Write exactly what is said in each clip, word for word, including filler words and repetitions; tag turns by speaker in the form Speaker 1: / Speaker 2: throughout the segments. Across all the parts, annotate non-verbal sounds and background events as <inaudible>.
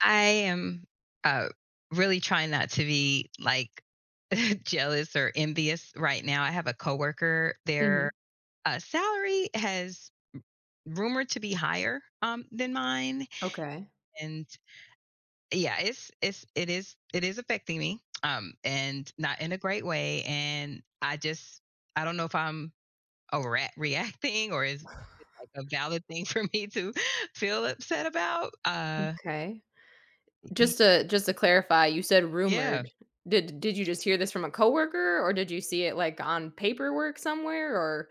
Speaker 1: I am, uh, really trying not to be, like, <laughs> jealous or envious right now. I have a coworker, their,
Speaker 2: Mhm.
Speaker 1: uh, salary has rumored to be higher, um, than mine,
Speaker 2: Okay.
Speaker 1: and yeah, it's it's it is it is affecting me, um, and not in a great way, and I just I don't know if I'm overreacting <laughs> or is it, like, a valid thing <laughs> for me to feel upset about? Uh,
Speaker 2: Okay.
Speaker 1: y
Speaker 2: Just to just to clarify, you said
Speaker 1: yeah.
Speaker 2: rumored. Did did you just hear this from a coworker or did you see it like on paperwork somewhere or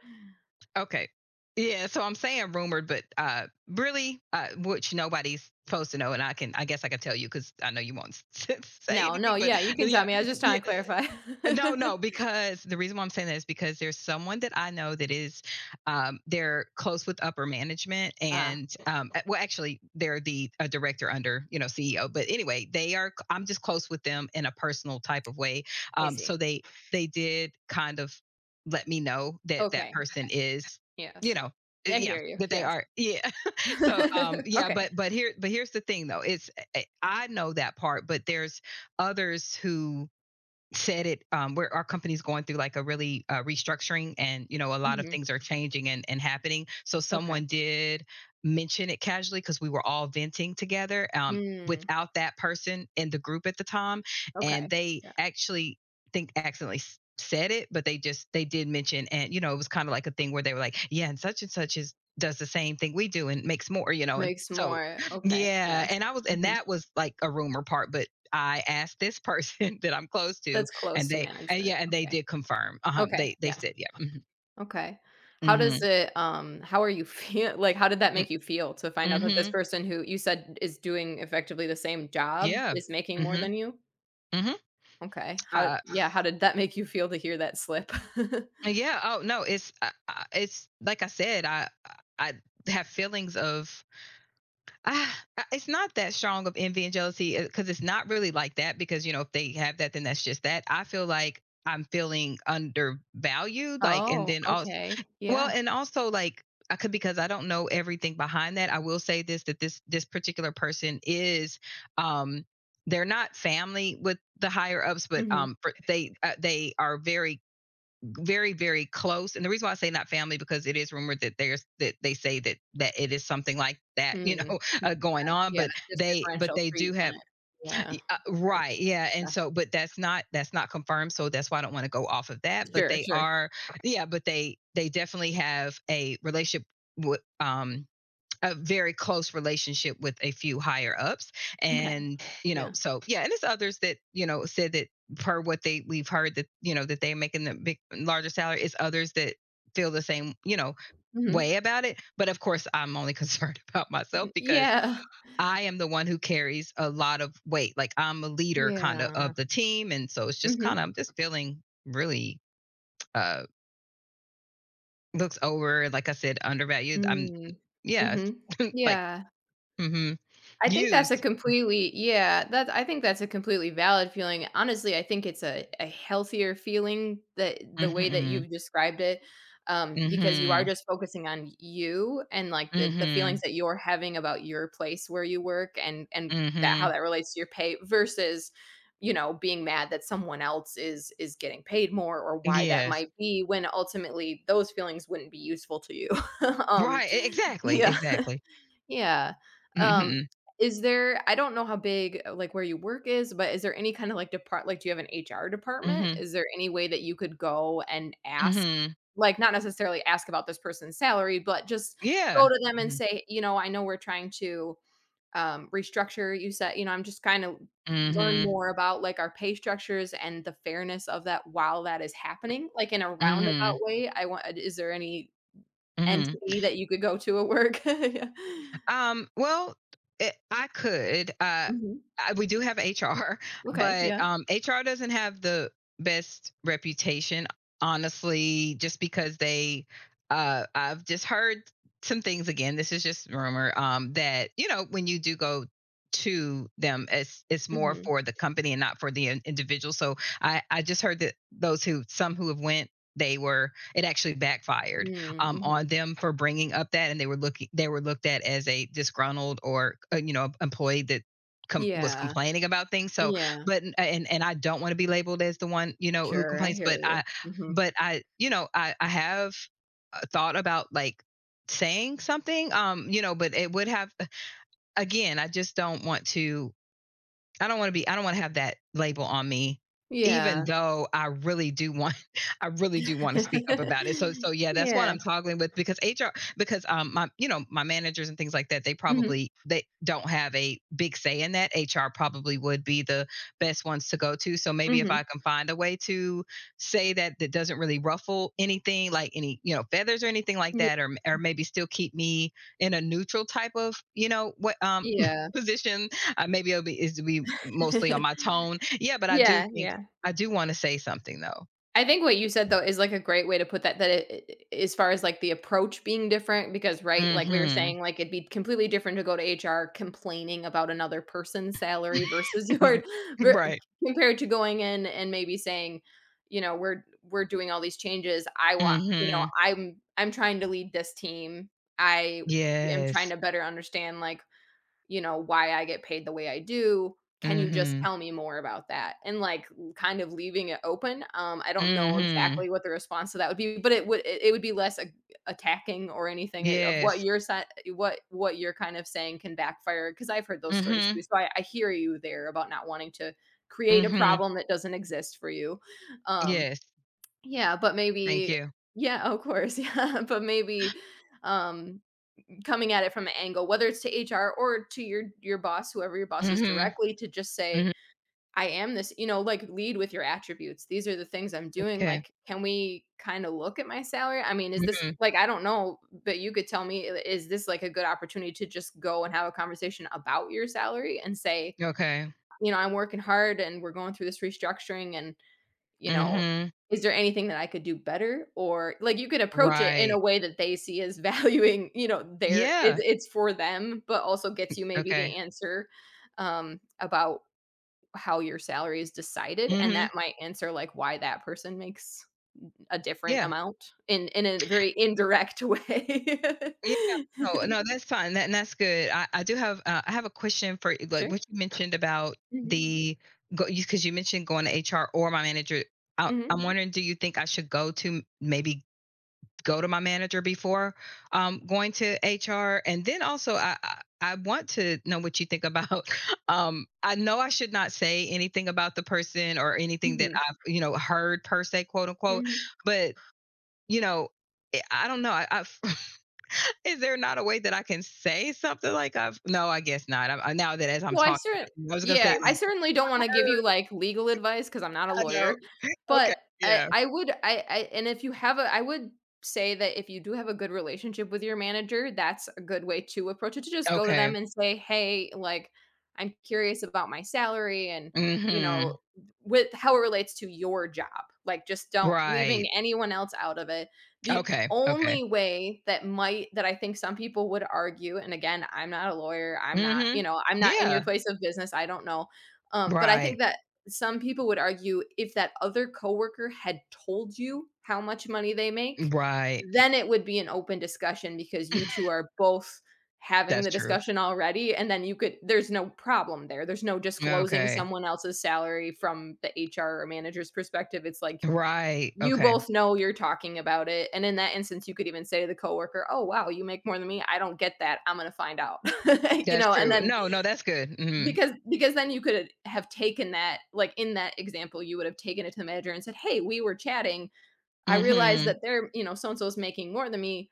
Speaker 1: Okay. Yeah, so I'm saying rumored, but uh, really, uh, which nobody's supposed to know, and I can, I guess, I can tell you because I know you won't <laughs> say
Speaker 2: No,
Speaker 1: anything.
Speaker 2: no,
Speaker 1: But
Speaker 2: yeah, you can tell
Speaker 1: yeah,
Speaker 2: me. I was just
Speaker 1: yeah,
Speaker 2: trying to clarify.
Speaker 1: no, no,
Speaker 2: <laughs>
Speaker 1: because the reason why I'm saying that is because there's someone that I know that is, um, they're close with upper management,
Speaker 2: Ah,
Speaker 1: and um, well, actually, they're the a director under, you know, C E O. But anyway, they are. I'm just close with them in a personal type of way.
Speaker 2: I
Speaker 1: Um, so
Speaker 2: see.
Speaker 1: they they did kind of let me know that that
Speaker 2: Okay.
Speaker 1: person is, you
Speaker 2: Yes.
Speaker 1: know, uh,
Speaker 2: Yeah, I
Speaker 1: yeah,
Speaker 2: hear you.
Speaker 1: that they
Speaker 2: Yes.
Speaker 1: are, yeah. <laughs>
Speaker 2: <laughs>
Speaker 1: so um, yeah,
Speaker 2: Okay.
Speaker 1: but but here but here's the thing though, it's eh, I know that part, but there's others who said it, um, where our company's going through like a really, uh, restructuring, and you know, a lot of
Speaker 2: Mhm.
Speaker 1: things are changing, and, and happening. So
Speaker 2: Okay.
Speaker 1: someone did mention it casually because we were all venting together, um,
Speaker 2: Mm.
Speaker 1: without that person in the group at the time, and
Speaker 2: Okay.
Speaker 1: they
Speaker 2: Yeah.
Speaker 1: actually think accidentally s- said it, but they just they did mention, and you know, it was kind of like a thing where they were like, yeah, and such and such is does the same thing we do and makes more, you know. And
Speaker 2: Makes
Speaker 1: so
Speaker 2: more, okay.
Speaker 1: yeah,
Speaker 2: Yes.
Speaker 1: and I was, and
Speaker 2: Mhm.
Speaker 1: that was like a rumor part, but I asked this person <laughs> that I'm close to,
Speaker 2: That's
Speaker 1: and
Speaker 2: close to
Speaker 1: they, and yeah,
Speaker 2: management.
Speaker 1: and they
Speaker 2: Okay.
Speaker 1: did confirm. Uh huh.
Speaker 2: Okay.
Speaker 1: They they
Speaker 2: Yes.
Speaker 1: said, yeah. Mm-hmm.
Speaker 2: Okay. How does
Speaker 1: Mm-hmm.
Speaker 2: it, um how are you feel <laughs> like, how did that
Speaker 1: mm,
Speaker 2: make you feel to find out that
Speaker 1: Mm-hmm.
Speaker 2: this person who you said is doing effectively the same job
Speaker 1: Yeah.
Speaker 2: is making more
Speaker 1: Mm-hmm.
Speaker 2: than you?
Speaker 1: Mm-hmm.
Speaker 2: Okay. How
Speaker 1: Uh,
Speaker 2: yeah, how did that make you feel to hear that slip? <laughs>
Speaker 1: yeah. Oh no, it's uh, uh, it's like I said, I I have feelings of <sighs> ah, it's not that strong of envy and jealousy because it's not really like that, because you know, if they have that, then that's just that. I feel like I'm feeling undervalued, like, and
Speaker 2: Oh,
Speaker 1: then also
Speaker 2: okay.
Speaker 1: well,
Speaker 2: Yeah.
Speaker 1: and also like I could, because I don't know everything behind that. I will say this, that this this particular person is, um they're not family with the higher ups, but
Speaker 2: Mhm.
Speaker 1: um for, they, uh, they are very very very close. And the reason why I say not family, because it is rumored that there's that they say that that it is something like that, you
Speaker 2: Mm.
Speaker 1: know, <laughs> uh, going
Speaker 2: Yeah,
Speaker 1: on,
Speaker 2: yeah,
Speaker 1: but
Speaker 2: just
Speaker 1: they but
Speaker 2: differential
Speaker 1: they do have,
Speaker 2: treatment. Yeah.
Speaker 1: uh,
Speaker 2: Okay.
Speaker 1: right, yeah. And
Speaker 2: Yeah.
Speaker 1: so, but that's not that's not confirmed, so that's why I don't want to go off of that. But
Speaker 2: Sure,
Speaker 1: they
Speaker 2: sure.
Speaker 1: are, yeah, but they they definitely have a relationship with, um a very close relationship with a few higher ups.
Speaker 2: Okay.
Speaker 1: And you know,
Speaker 2: Yeah.
Speaker 1: so yeah, and there's others that you know said that per what they we've heard, that you know, that they're making the big larger salary. It's others that feel the same, you know,
Speaker 2: Mhm.
Speaker 1: way about it. But of course, I'm only concerned <laughs> about myself
Speaker 2: Mm,
Speaker 1: because
Speaker 2: yeah.
Speaker 1: I am the one who carries a lot of weight. Like, I'm a leader kind of
Speaker 2: Yeah.
Speaker 1: of the team. And so it's just kind
Speaker 2: Mhm.
Speaker 1: of, I'm just feeling really, uh looks over, like I said, undervalued. I'm
Speaker 2: Mm.
Speaker 1: yeah,
Speaker 2: Mhm.
Speaker 1: <laughs> like
Speaker 2: Yeah.
Speaker 1: mm-hmm.
Speaker 2: I think that's a
Speaker 1: used.
Speaker 2: completely yeah, that I think that's a completely valid feeling. Honestly, I think it's a a healthier feeling, that the way that
Speaker 1: Mm-hmm.
Speaker 2: you've described it, um, because you are
Speaker 1: Mm-hmm.
Speaker 2: just focusing on you and, like, the the
Speaker 1: Mm-hmm.
Speaker 2: feelings that you're having about your place where you work, and and that how
Speaker 1: Mm-hmm.
Speaker 2: that relates to your pay versus, you know, being mad that someone else is is getting paid more or why that
Speaker 1: Yes.
Speaker 2: might be, when ultimately those feelings wouldn't be useful to you. <laughs> um,
Speaker 1: Right. e- Exactly.
Speaker 2: yeah.
Speaker 1: Exactly.
Speaker 2: Yeah, um,
Speaker 1: Mm-hmm.
Speaker 2: is there I don't know how big, uh, like, where you work is, but is there any kind of, like, depart like, do you have an H R department?
Speaker 1: Mm-hmm.
Speaker 2: Is there any way that you could go and ask,
Speaker 1: Mm-hmm.
Speaker 2: like, not necessarily ask about this person's salary, but just
Speaker 1: Yeah.
Speaker 2: go to them and
Speaker 1: Mm-hmm.
Speaker 2: say, "You know, I know we're trying to, um, restructure," you said, "You know, I'm just kinda learn
Speaker 1: Mm-hmm.
Speaker 2: more about, like, our pay structures and the fairness of that while that is happening," like, in a
Speaker 1: Mm-hmm.
Speaker 2: roundabout way, I want, uh, is there any
Speaker 1: mm-hmm.
Speaker 2: entity that you could go to at work? <laughs> Yeah.
Speaker 1: Um, well, it, I could. Uh,
Speaker 2: Mhm.
Speaker 1: I, we do have H R, <laughs>
Speaker 2: Okay,
Speaker 1: but
Speaker 2: yeah.
Speaker 1: um, H R doesn't have the best reputation, honestly, just because they. Uh, I've just heard some things again. This is just rumor. Um, that you know, when you do go to them, it's it's more
Speaker 2: Mhm.
Speaker 1: for the company and not for the in- individual. So I I just heard that those who some who have went, they were it actually backfired,
Speaker 2: Mm,
Speaker 1: um, on
Speaker 2: mhm.
Speaker 1: them for bringing up that, and they were looking they were looked at as a disgruntled or, uh, you know, employee that Com- was
Speaker 2: Yeah,
Speaker 1: complaining about things. So
Speaker 2: yeah.
Speaker 1: but and and I don't want to be labeled as the one you know who
Speaker 2: Sure, I
Speaker 1: complains,
Speaker 2: hear
Speaker 1: but
Speaker 2: you.
Speaker 1: I
Speaker 2: Mhm.
Speaker 1: but I, you know, I I have, uh, thought about like saying something, um you know, but it would have, uh, again, I just don't want to, I don't wanna be I don't wanna have that label on me, even
Speaker 2: Yeah.
Speaker 1: though I really do want <laughs> I really do wanna speak up about it. So so,
Speaker 2: <laughs>
Speaker 1: yeah, that's what
Speaker 2: Yeah.
Speaker 1: I'm toggling with. Because H R, because, um, my, you know, my managers and things like that, they
Speaker 2: Mhm,
Speaker 1: probably they don't have a big say in that. H R probably would be the best ones to go to. So maybe if
Speaker 2: mhm.
Speaker 1: I can find a way to say that that doesn't really ruffle anything, like any, you know, feathers or anything like that, or or maybe still keep me in a neutral type of, you know, what, um,
Speaker 2: Ye
Speaker 1: <laughs>
Speaker 2: yeah.
Speaker 1: position, uh, maybe it'll be is be mostly on my tone.
Speaker 2: <laughs>
Speaker 1: Yeah, but I do
Speaker 2: Yeah,
Speaker 1: think
Speaker 2: yeah.
Speaker 1: I do want to say something though.
Speaker 2: I think what you said though is like a great way to put that, that it, i- as far as like the approach being different, because right, like we were
Speaker 1: Mhm.
Speaker 2: saying, like, it'd be completely different to go to H R complaining about another person's salary versus <laughs>
Speaker 1: <laughs>
Speaker 2: your ver-
Speaker 1: Right.
Speaker 2: compared to going in and maybe saying, you know, we're we're doing all these changes, I want, you know,
Speaker 1: Mhm.
Speaker 2: I'm I'm trying to lead this team, I am trying
Speaker 1: Yes.
Speaker 2: to better understand, like, you know, why I get paid the way I do. Can you just
Speaker 1: Mhm.
Speaker 2: tell me more about that? And, like, l- kind of leaving it open. Um, I don't know
Speaker 1: Mhm.
Speaker 2: exactly what the response to that would be, but it would it it would be less a attacking or anything, uh, of what
Speaker 1: Yes.
Speaker 2: you're sa what what you're kind of saying can backfire, because 'cause I've heard those stories
Speaker 1: Mhm.
Speaker 2: too. So I I hear you there about not wanting to create a
Speaker 1: Mhm.
Speaker 2: problem that doesn't exist for you. Um,
Speaker 1: Yes.
Speaker 2: yeah, but
Speaker 1: Thank
Speaker 2: maybe.
Speaker 1: you.
Speaker 2: Yeah, of course, <laughs> yeah, but maybe, um, coming at it from an angle, whether it's to H R or to your your boss, whoever your boss is,
Speaker 1: Mhm.
Speaker 2: directly, to just say,
Speaker 1: Mhm.
Speaker 2: I am this, you know, like lead with your attributes, these are the things I'm doing,
Speaker 1: Okay.
Speaker 2: like, can we kind of look at my salary? I mean, is this,
Speaker 1: Mhm.
Speaker 2: like, I don't know, but you could tell me, is this, like, a good opportunity to just go and have a conversation about your salary and say,
Speaker 1: Okay.
Speaker 2: you know, I'm working hard and we're going through this restructuring and, you know,
Speaker 1: Mhm.
Speaker 2: is there anything that I could do better? Or, like, you could approach it in a
Speaker 1: Right.
Speaker 2: way that they see as <laughs> valuing, you know, their
Speaker 1: Yeah.
Speaker 2: it's it's for them, but also gets you maybe
Speaker 1: Okay.
Speaker 2: the answer, um about how your salary is decided, and
Speaker 1: Mhm.
Speaker 2: that might answer, like, why that person makes a different
Speaker 1: Yeah.
Speaker 2: amount, in in a very indirect way.
Speaker 1: Yeah,
Speaker 2: <laughs>
Speaker 1: no, no, that's fine. That and that's good. I, I do have, uh, I have a question for you, like
Speaker 2: Sure.
Speaker 1: what you mentioned about
Speaker 2: Mhm.
Speaker 1: the go, because you mentioned going to H R or my manager. I,
Speaker 2: Mhm.
Speaker 1: I'm wondering, do you think I should go to maybe go to my manager before, um, going to H R? And then also, I I I want to know what you think about. <laughs> Um, I know I should not say anything about the person or anything that
Speaker 2: Mhm.
Speaker 1: I've you know heard per se, quote
Speaker 2: Mhm.
Speaker 1: unquote,
Speaker 2: Mhm.
Speaker 1: but you know. I I don't know. I, I is there not a way that I can say something like I've no, I guess not. I'm, I now that as I'm
Speaker 2: Well, I
Speaker 1: talking,
Speaker 2: certain
Speaker 1: I was gonna say
Speaker 2: yeah, I
Speaker 1: like,
Speaker 2: certainly don't wanna give you,
Speaker 1: "Er,"
Speaker 2: like, legal advice, because 'cause I'm not a
Speaker 1: I know.
Speaker 2: lawyer,
Speaker 1: Okay.
Speaker 2: but I
Speaker 1: Yeah.
Speaker 2: I would, I I and if you have a, I would say that if you do have a good relationship with your manager, that's a good way to approach it, to just go to
Speaker 1: Okay.
Speaker 2: them and say, "Hey, like, I'm curious about my salary and, you know,
Speaker 1: Mhm.
Speaker 2: with how it relates to your job." Like, just don't
Speaker 1: Right.
Speaker 2: leaving anyone else out of it. The
Speaker 1: Okay. Okay.
Speaker 2: only way that might, that I think some people would argue, and again, I'm not a lawyer, I'm not you
Speaker 1: Mhm.
Speaker 2: know, I'm not in your
Speaker 1: Yeah.
Speaker 2: place of business, I don't know, um, but I
Speaker 1: Right.
Speaker 2: think that some people would argue, if that other coworker had told you how much money they make,
Speaker 1: Right.
Speaker 2: then it would be an open discussion, because you two
Speaker 1: <laughs>
Speaker 2: are both having
Speaker 1: That's
Speaker 2: the
Speaker 1: true.
Speaker 2: discussion already, and then you could there's no problem there, there's no disclosing
Speaker 1: Okay.
Speaker 2: someone else's salary from the H R or manager's perspective. It's like,
Speaker 1: Right.
Speaker 2: you
Speaker 1: Okay.
Speaker 2: both know you're talking about it, and in that instance, you could even say to the coworker, "Oh, wow, you make more than me? I don't get that. I'm gonna find out." <laughs> Like, you
Speaker 1: That's
Speaker 2: know, and
Speaker 1: true.
Speaker 2: then,
Speaker 1: No, no, that's good. Mhm.
Speaker 2: because because then you could have taken that, like, in that example, you would have taken it to the manager and said, "Hey, we were chatting. I realized
Speaker 1: Mhm.
Speaker 2: that they're you know, so and so is making more than me.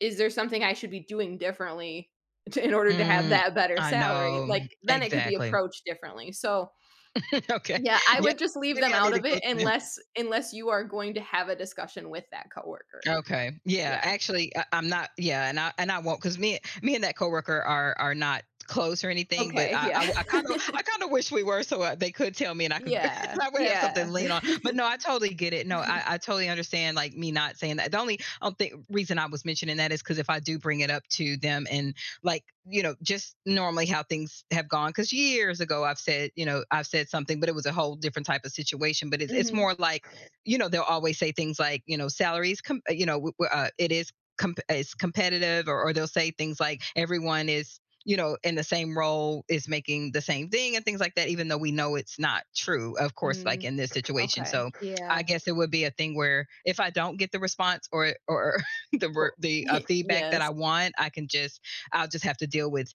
Speaker 2: Is there something I should be doing differently, to in order to have
Speaker 1: Mm.
Speaker 2: that better
Speaker 1: I
Speaker 2: salary?"
Speaker 1: know.
Speaker 2: Like, then it could be
Speaker 1: Exactly.
Speaker 2: approached differently. So,
Speaker 1: <laughs> Okay.
Speaker 2: yeah, I
Speaker 1: Yeah.
Speaker 2: would just leave
Speaker 1: Maybe
Speaker 2: them
Speaker 1: I need
Speaker 2: out
Speaker 1: to
Speaker 2: of
Speaker 1: go
Speaker 2: it,
Speaker 1: to
Speaker 2: unless unless you are going to have a discussion with that coworker.
Speaker 1: Okay. Yeah.
Speaker 2: Yeah.
Speaker 1: Actually, I, I'm not. Yeah, and I and I won't because me me and that coworker are are not close or anything. But
Speaker 2: Okay,
Speaker 1: I
Speaker 2: yeah.
Speaker 1: I
Speaker 2: <laughs>
Speaker 1: kind of I kind of wish we were, so uh, they could tell me and I could <laughs>
Speaker 2: Yeah,
Speaker 1: I would have something
Speaker 2: yeah.
Speaker 1: to lean on. But
Speaker 2: <laughs>
Speaker 1: no, I totally get it. No, I I totally understand. Like me not saying that. The only I don't think reason I was mentioning that is because if I do bring it up to them and like you know just normally how things have gone, because years ago I've said, you know, I've said something, but it was a whole different type of situation. But it's it's
Speaker 2: Mhm.
Speaker 1: more like, you know, they'll always say things like, you know, salaries, com- uh, you know, w- uh, it is com- is competitive, or, or they'll say things like everyone is, you know, in the same role is making the same thing and things like that, even though we know it's not true, of course, like
Speaker 2: Mm,
Speaker 1: in this situation.
Speaker 2: okay,
Speaker 1: So I
Speaker 2: yeah.
Speaker 1: guess it would be a thing where if I don't get the response or or <laughs> the
Speaker 2: Well,
Speaker 1: the uh,
Speaker 2: <laughs>
Speaker 1: feedback that I
Speaker 2: yes.
Speaker 1: want, I can just I'll just have to deal with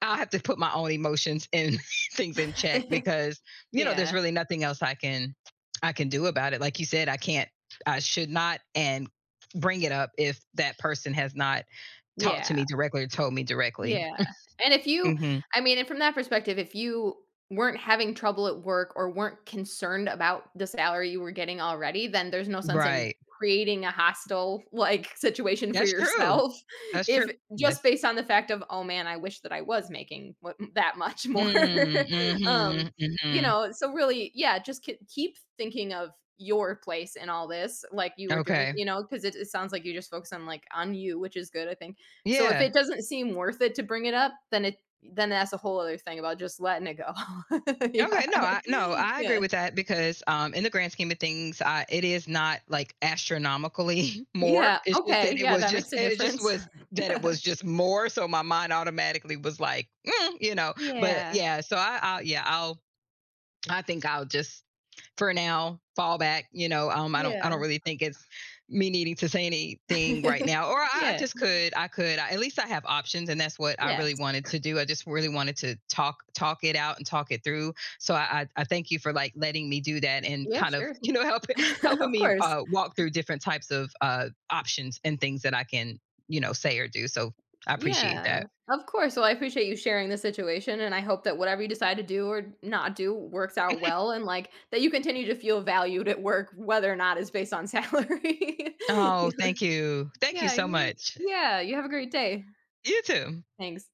Speaker 1: I'll have to put my own emotions and <laughs> things in check,
Speaker 2: <laughs>
Speaker 1: because you know, there's
Speaker 2: Yeah,
Speaker 1: really nothing else I can I can do about it. Like you said, I can't I should not and bring it up if that person has not talked to me
Speaker 2: yeah.
Speaker 1: directly or told me directly.
Speaker 2: Yeah, and if you
Speaker 1: Mhm.
Speaker 2: I mean, and from that perspective, if you weren't having trouble at work or weren't concerned about the salary you were getting already, then there's no sense in
Speaker 1: Right.
Speaker 2: creating a hostile, like, <laughs> situation for
Speaker 1: That's true.
Speaker 2: yourself, <laughs>
Speaker 1: That's true.
Speaker 2: if
Speaker 1: Yes.
Speaker 2: just based on the fact of, "Oh, man, I wish that I was making what that much more."
Speaker 1: Mm,
Speaker 2: <laughs> Um,
Speaker 1: mhm,
Speaker 2: you
Speaker 1: mhm.
Speaker 2: know, so really, yeah, just k keep thinking of your place in all this like you were doing,
Speaker 1: Okay.
Speaker 2: you know, 'cause it it sounds like you just focus on, like, on you, which is good, I think, so if
Speaker 1: Yeah.
Speaker 2: it doesn't seem worth it to bring it up, then it then that's a whole other thing about just letting it go. <laughs> Yeah.
Speaker 1: Okay, no, I, no, I agree
Speaker 2: Yeah.
Speaker 1: with that, because um, in the grand scheme of things, uh, it is not like astronomically <laughs> more.
Speaker 2: Yeah,
Speaker 1: It's just
Speaker 2: okay,
Speaker 1: that it
Speaker 2: yeah,
Speaker 1: was
Speaker 2: that
Speaker 1: just
Speaker 2: makes a
Speaker 1: it just
Speaker 2: difference. <laughs>
Speaker 1: was that it
Speaker 2: Yeah.
Speaker 1: was just more. So my mind automatically was like, mm, you know. But
Speaker 2: Yeah.
Speaker 1: yeah, so I, I yeah, I'll I think I'll just for now fallback, you know, um I don't i don't
Speaker 2: Yeah.
Speaker 1: really think it's me needing to say anything right
Speaker 2: <laughs>
Speaker 1: now. Or i, I
Speaker 2: Yeah.
Speaker 1: just could i could I, at least I have options, and that's what I
Speaker 2: Yes.
Speaker 1: really wanted to do. I just really wanted to talk talk it out and talk it through. So i i, I thank you for like letting me do that and
Speaker 2: Yeah,
Speaker 1: kind of
Speaker 2: sure.
Speaker 1: <laughs> you know helping
Speaker 2: <laughs>
Speaker 1: helping
Speaker 2: Of
Speaker 1: me,
Speaker 2: course.
Speaker 1: uh, walk through different types of, uh options and things that I can you know say or do. So I appreciate that.
Speaker 2: Yeah. Of course, well, I appreciate you sharing the situation, and I hope that whatever you decide to do or not do works out well and, like, that you continue to feel valued at work, whether or not it's based on salary. <laughs>
Speaker 1: Oh, thank you. Thank you
Speaker 2: Yeah,
Speaker 1: so
Speaker 2: you
Speaker 1: much.
Speaker 2: yeah, you have a great day.
Speaker 1: You too.
Speaker 2: Thanks.